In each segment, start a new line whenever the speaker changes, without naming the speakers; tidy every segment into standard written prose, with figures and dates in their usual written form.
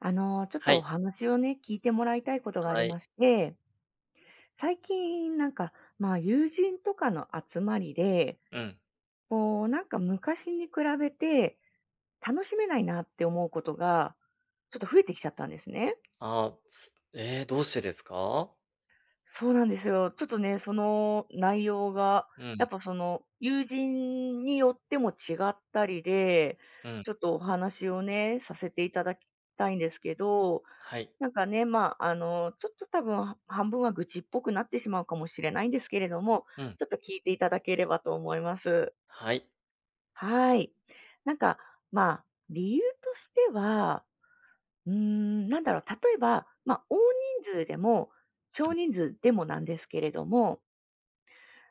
ちょっ
は
とお
い、
話をね、聞いてもらいたいことがあり
は
ま
い。
して、最近なんか、まあ、友人とかの集まりで、
うん。
なんか昔に比べて楽しめないなって思うことが、ちょっと増えてきちゃったんですね。
ああ、すええ、どうしてですか？
そうなんですよ。ちょっとね、その内容が、
う
やっ
ん、
ぱその友人によっても違ったりで、
うん。
ちょっとお話をね、させていただきたいんですけど、
はい。
なんかね、まあ、ちょっと多分は半分は愚痴っぽくなってしまうかもしれないんですけれども、
うん。
ちょっと聞いていただければと思います。
はい、
はい。なんか、まあ、理由としては、なんだろう、例えば、まあ、大人数でも、少人数でもなんですけれども、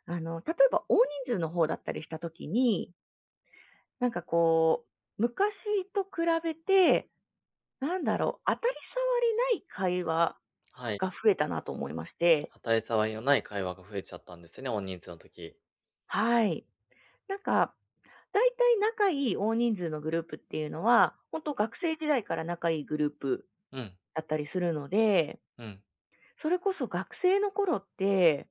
例えば大人数の方だったりしたときに、なんかこう、昔と比べて、なんだろう、当たり障りない会話
はい。
が増えたなと思いまして。
当たり障りのない会話が増えちゃったんですね、大人数の時。
はい。なんか、だいたい仲いい大人数のグループっていうのは、本当学生時代から仲いいグループ
うん、
だったりするので、
うん。
それこそ学生の頃って、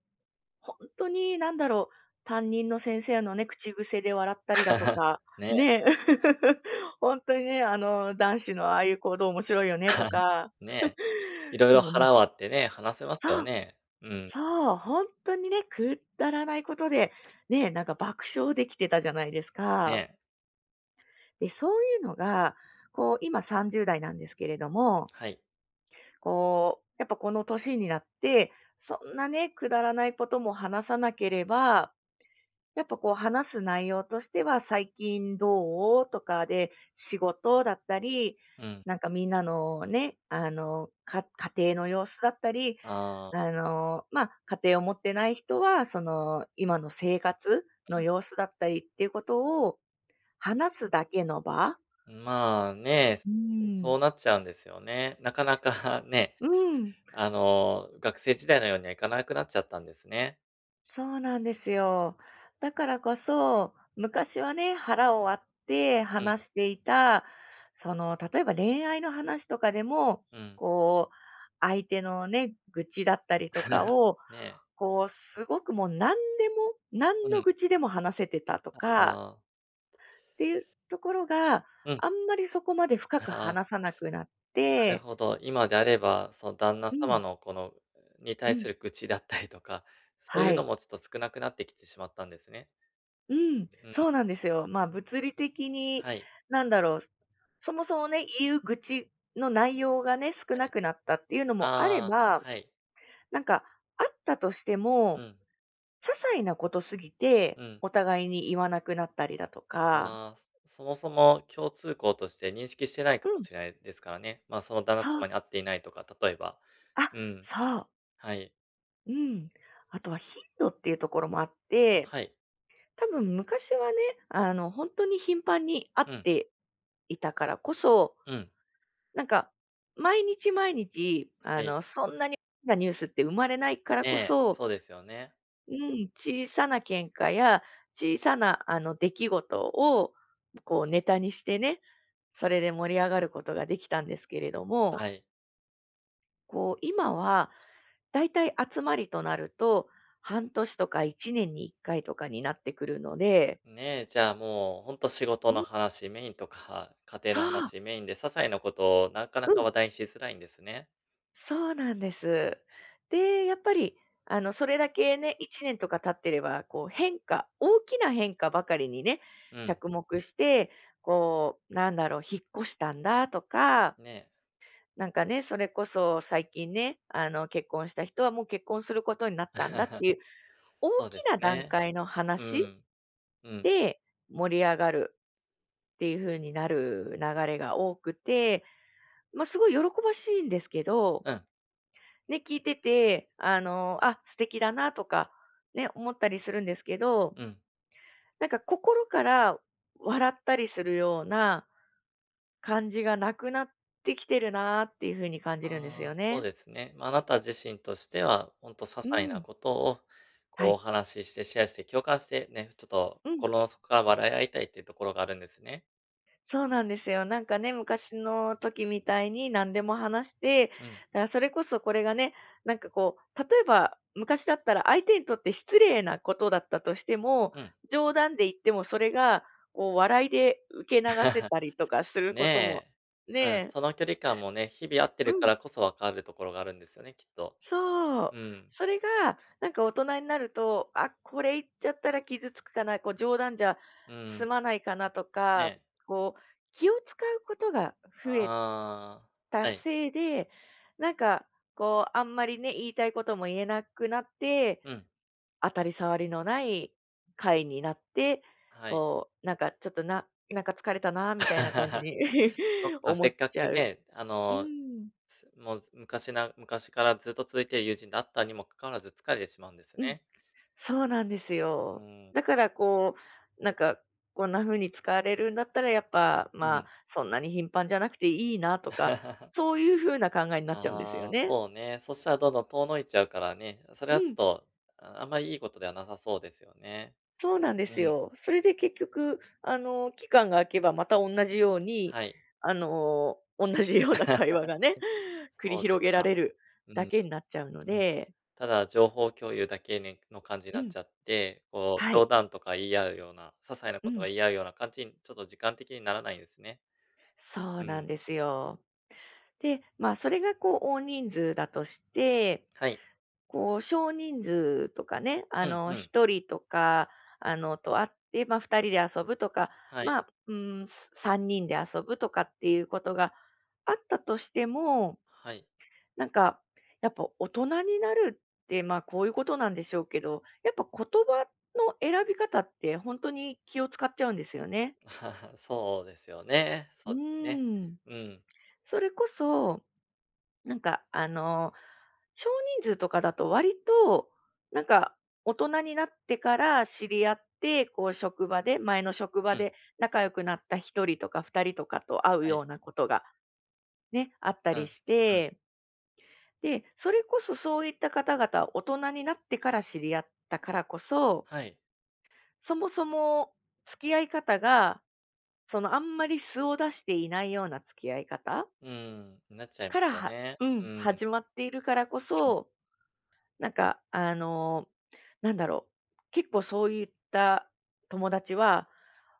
本当になんだろう、担任の先生のね、口癖で笑ったりだと か、
ね。
ね、本当にね、男子のああいう行動面白いよねとか、
ね、色々
そう、も
腹
う、
割ってね、話せますよ
そう
ね。うん、
そう、本当にね、くだらないことで、ね、なんか爆笑できてたじゃないですか。
ね、
で、そういうのが、こう、今30代なんですけれども、
はい。
こう、やっぱこの年になって、そんなね、くだらないことも話さなければ、やっぱこう話す内容としては、最近どうとかで、仕事だったり、
うん。
なんかみんなのね、家庭の様子だったり、
ああ、
まあ、家庭を持ってない人は、その、今の生活の様子だったりっていうことを話すだけの場。
まあ、ね、
う
そ
ん。
うなっちゃうんですよね。なかなか ね、
うん、
学生時代のようにはいかなくなっちゃったんですね。
そうなんですよ。だからこそ、昔はね、腹を割って
うん、
話していた、その、例えば恋愛の話とかでも、
うん。
こう、相手のね、愚痴だったりとか を、
ね。
こう、すごくもう何でも、何
う
の
ん、
愚痴でも話せてたと
あ
かっ
あ、
ていうところが、
うん、
あんまりそこまで深く
ああ、
話さなくなっ
なる
て。
ほど。今であれば、その旦那
う
様
ん、
のに
う
対
ん、
する愚痴だったりとか、そうい
は
うの
い。
もちょっと少なくなってきてしまったんですね。
うん、
うん、
そうなんですよ。まあ、物理的に、
はい、
なんだろう、そもそもね、言う愚痴の内容がね、少
は
な
い。
くなったっていうのもあれ
ああ、
ば、
はい。
なんか、あったとして
う
も、
ん、
些細なことすぎて、
うん。
お互いに言わなくなったりだとか。
まあ、もそも共通項として認識してないか
う
も
ん、
しれないですからね。まあ、その旦那
そう、
様に会っていないとか、例えば。
あ、
うん、
そう、
はい、
うん。あとは頻度っていうところもあって、
はい。
多分昔はね、本当に頻繁に会っ
うん、
ていたからこそ、
うん、
なんか、毎日毎日、
はい。
そんなに大きなニュースって生まれないから
ね
こ
え、
そ、
そうですよね。
うん、小さな喧嘩や小さな、出来事を、こう、ネタにしてね、それで盛り上がることができたんですけれども、
はい。
こう、今は、だいたい集まりとなると、半年とか1年に1回とかになってくるので。
ねえ、じゃあもう、ほんと仕事
う
の
ん、
話メインとか、家庭
そ
の
う、
話メインで、些細なことをなかな
う
か
ん。
話題にしづらいんですね。
そうなんです。で、やっぱり、それだけね、1年とか経ってれば、こう、大きな変化ばかりにね、
うん、
着目して、こう、なんだろう、引っ越したんだとか、
ねえ。
なんかね、それこそ最近ね、結婚した人はもう結婚することになったんだっ ていう、大
そうで
き
す
な段
ね。
階の
う
話
ん、うん、
で盛り上がるっていう風になる流れが多くて、まあ、すごい喜ばしいんですけど
うん、
ね、聞いてて、あ、素敵だなとか、ね、思ったりするんですけど、
うん。
なんか心から笑ったりするような感じがなくなってきてるなっていう風に感じるんです
ああ、
よ
そう
ね。
ですね。まあ、あなた自身としては、ほんと些
う
細な
ん。
ことを、
は
こうお
い。
話ししてシェアして共感して、ね、ちょっと
うん、
心の底から笑い合いたいっていうところがあるんですね。
そうなんですよ。なんかね、昔の時みたいに何でも話して、だか
うん、
らそれこそこれがね、なんかこう、例えば昔だったら相手にとって失礼なことだったとしても、
うん。
冗談で言ってもそれがこう笑いで受け流せ たりとかすることも、
ねえ。
ね
うん、
え、
その距離感もね、日々会って
う
るか
ん、
らこそ分かるところがあるんですよね、きっと。
そう。
うん、
それがなんか大人になると、あ、これ言っちゃったら傷つくかな、こう冗談じゃ
う
済
ん、
まないかなとか、
ね、
こう気を使うことが増え
ああ、は
達
い、
成で、なんか、こう、あんまりね、言いたいことも言えなくなって、
うん、
当たり障りのない回になって、
はい。
こう、なんかちょっとなんか疲れたなみたいな感じ に
そっ か、
思
せ
っ
っか
ちゃ
く
う。
ね、
うん、
すもうず昔な昔からずっと続いている友人であったにもかかわらず疲れてしまうんです
うん、
ね。
そうなんです
う
よ。
ん、
だからこう、なんか、こんな風に使われるんだったらやっぱ、
う
まあ、
ん。
そんなに頻繁じゃなくていいなとか、そういう風な考えになっちゃうんですよ
ああ、
ね。
そうね、そしたらどんどん遠のいちゃうからね、そ
う
れはちょっ
ん。
と、あんまりいいことではなさそうですよね。
そうなんで
う
す
ん、
よ。それで結局、期間が空けばまた同じように、
はい。
同じような会 話がね、繰り
そうで
広
す
げら
か。
れる
うん、
だけになっちゃうの
うん。
で。
ただ情報共有だけねの感じに
う
なっ
ん、
ちゃって、こう
は
冗
い、
談とか言い合うような、些細な
う
こと
ん、
が言い合うような感じに、ちょっと時間的にならないんですね。
そう
う
なん
ん。
ですよ。で、まあ、それがこう大人数だとして、
はい。
こう少人数とかね、
うんうん。
一人とか、と会って、まあ、二人で遊ぶとか、
はい。
まあ、うん、三人で遊ぶとかっていうことがあったとしても、
はい。
なんか、やっぱ大人になるって、まあ、こういうことなんでしょうけど、やっぱ言葉の選び方って本当に気を使っちゃうんですよね。
そうですよね。
う
そうですね。
ーん。
うん。
それこそ、なんか、少人数とかだと割と、なんか、大人になってから知り合って、こう職場で、前の職場
うん、
で仲良くなった1人とか2人とかと会う
は
よ
い。
うなことがね、あった
うん。
りし
うん。
て。で、それこそそういった方々、大人になってから知り合ったからこそ、
はい。
そもそも付き合い方が、そのあんまり素を出していないような付き合い方
うん、なっちゃい
か
ま
ら
すよ
は、
ね。
うん、
うん、うん。
始まっているからこそ、なんか、なんだろう、結構そういった友達は、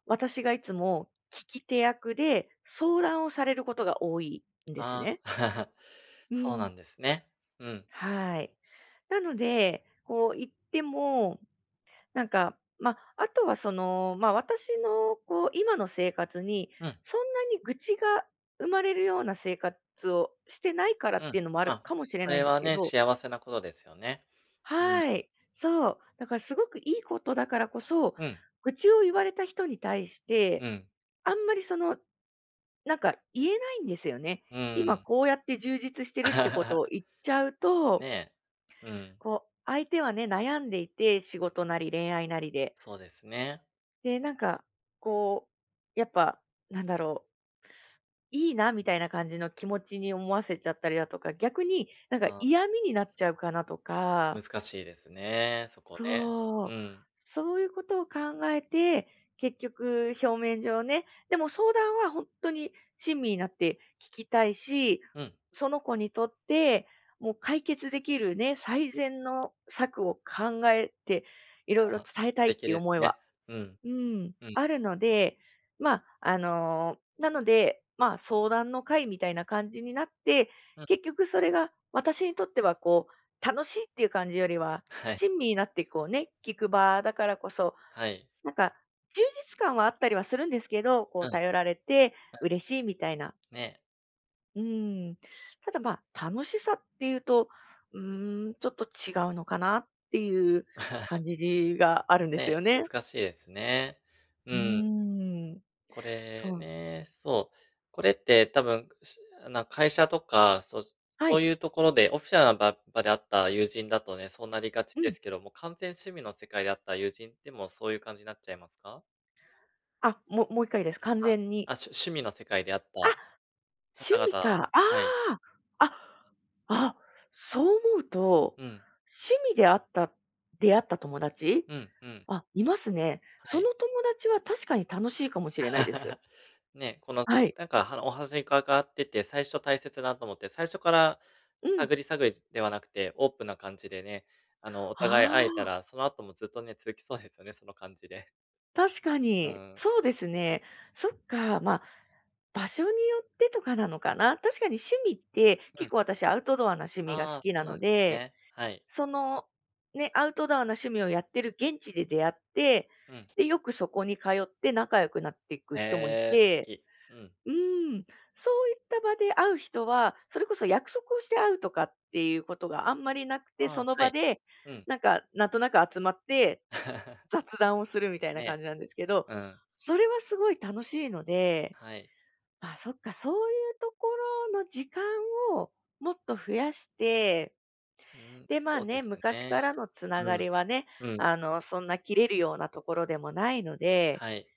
私がいつも聞き手役で相談をされることが多いんです
あ
ね。
あ、
う
そうな
ん。
んですね。うん、
はい。なので、こう言っても、なんか、まあ、あとはその、まあ、私のこう、今の生活に、
うん、
そんなに愚痴が生まれるような生活をしてないから
う
っ
ん。
ていうのもある
あ、
かもしれ
そ
ない
れ
んです
は
け
ね、
ど。
幸せなことですよね。うん、
はい、そう。だからすごくいいことだからこそ、
うん、
愚痴を言われた人に対し
う
て、
ん、
あんまりその、なんか言えないんですよね。
う
今
ん。
こうやって充実してるってことを 言っちゃうと、
ねえ。うん。
こう、相手はね、悩んでいて、仕事なり恋愛なりで。
そうですね。
で、なんか、こう、やっぱ、なんだろう、いいなみたいな感じの気持ちに思わせちゃったりだとか、逆になんか
あ、
嫌味になっちゃうかなとか、
難しいですね、そこね。
そう、
うん。
そういうことを考えて、結局表面上ね、でも相談は本当に親身になって聞きたいし、
うん。
その子にとって、もう解決できるね、最善の策を考えて、いろい ろ
あ素
伝えたいっ
敵
ていう
です
思いは
ね。うん。
うん、
うん。
あるので、まあ、なので、まあ、相談の会みたいな感じになって、
うん。
結局それが私にとってはこう、楽しいっていう感じよりは、
はい。
親身になってこうね、聞く場だからこそ、
はい。
なんか充実感はあったりはするんですけど、こ
うん、
う
うん。
頼られて嬉しいみたいな。
ねえ。
うん。ただ、まあ、楽しさっていうと、うーん、ちょっと違うのかなっていう感 じがあるんです
ね
よ
え、
ね。
難しいですね。う
う
ん。
ーん。
これ
そう。
ね、そう。これって多分、会社とか、
は
そう
い。
いうところで、オフィシャルな場で会った友人だとね、そうなりがち
う
で
ん。
すけども、完全趣味の世界で会った友人でもそういう感じになっちゃいますか？
あ、もう一回です。完
はい。
全に。
あ、趣味の世界であっ
あ、
た
趣
方
味
々
か。
はい。
ああ。あ、あ、そう思うと、
うん。
趣味であった出会った友達、
うんうん。
あ、いますね。
は
その
い。
友達は確かに楽しいかもしれないです。
ね、この、
はい。
なんか、お話伺ってて、最初大切だなと思って、最初から
うん。
探り探りではなくて、オープンな感じでね、お互い
あ
会えた
あ、
ら、その後もずっとね、続きそうですよね、その感じで。
確か
う
に。
ん。
そうですね。そっか、まあ、場所によってとかなのかな。確かに趣味って、
う
結
ん。
構私アウトドアな趣味が好
ああ、
き
そ
な
うなん
の
です
で、
ね。はい。
その、ね、アウトドアな趣味をやってる現地で出会って、
うん。
で、よくそこに通って仲良くなっていく人もい
へえ、素
て、
敵。うん。
うーん、そういった場で会う人は、それこそ約束をして会うとかっていうことがあんまりなくて、
あ
そ
あ、
の
は
場
い。
で、
うん。
なんか、なんとなく集まって雑 談をするみたいな感
ね。
じなんですけど、
うん。
それはすごい楽しいので、
はい。
あ、そっか、そういうところの時間をもっと増やして。
うん、
で、まあ
そうで
ね、
す
昔
ね。
からのつなが
うん。
りはね、
うん、
そんな切れるようなところでもないので、
はい。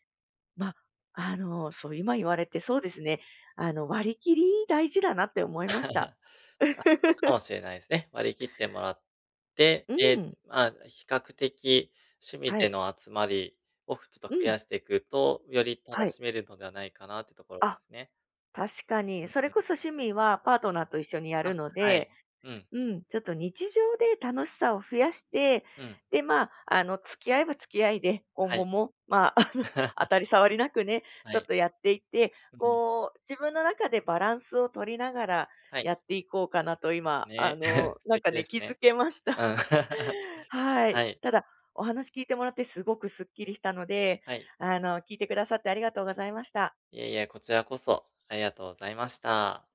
まあ、そう、今言われてそうですね、割り切り大事だなって思いました。
あ、そう かもしれないですね。割り切ってもらって、
う
で、
ん。
まあ、比較的趣味
は
で
い。
の集まりをちょっと
う
増
ん。
やしていくと、より
は
楽
い。
しめるのではないかなってところで
あ、
すね。
確か
う
に。
ん
そ
う
れこ
ん。
そ趣味はパートナーと一緒にや
あ、
るの
は
で、
い。うん、
うん、ちょっと日常で楽しさを増やして、
うん、
で、まあ、付き合えば付き合いで、今
は
後
い。
も、まあ、当 たり障りなくね、ち
は
ょっ
い。
とやっていって、
うん。
こう、自分の中でバランスを取りながら
はい。
やっていこうかなと今、
ね、素
なん
敵
かね、
です
気づ
ね。
けまし
う
た。
ん。
はい。
はい、
ただ、お話聞いてもらってすごくすっきりしたので、
はい。
聞いてくださってありがとうございました。
いえいえ、こちらこそありがとうございました。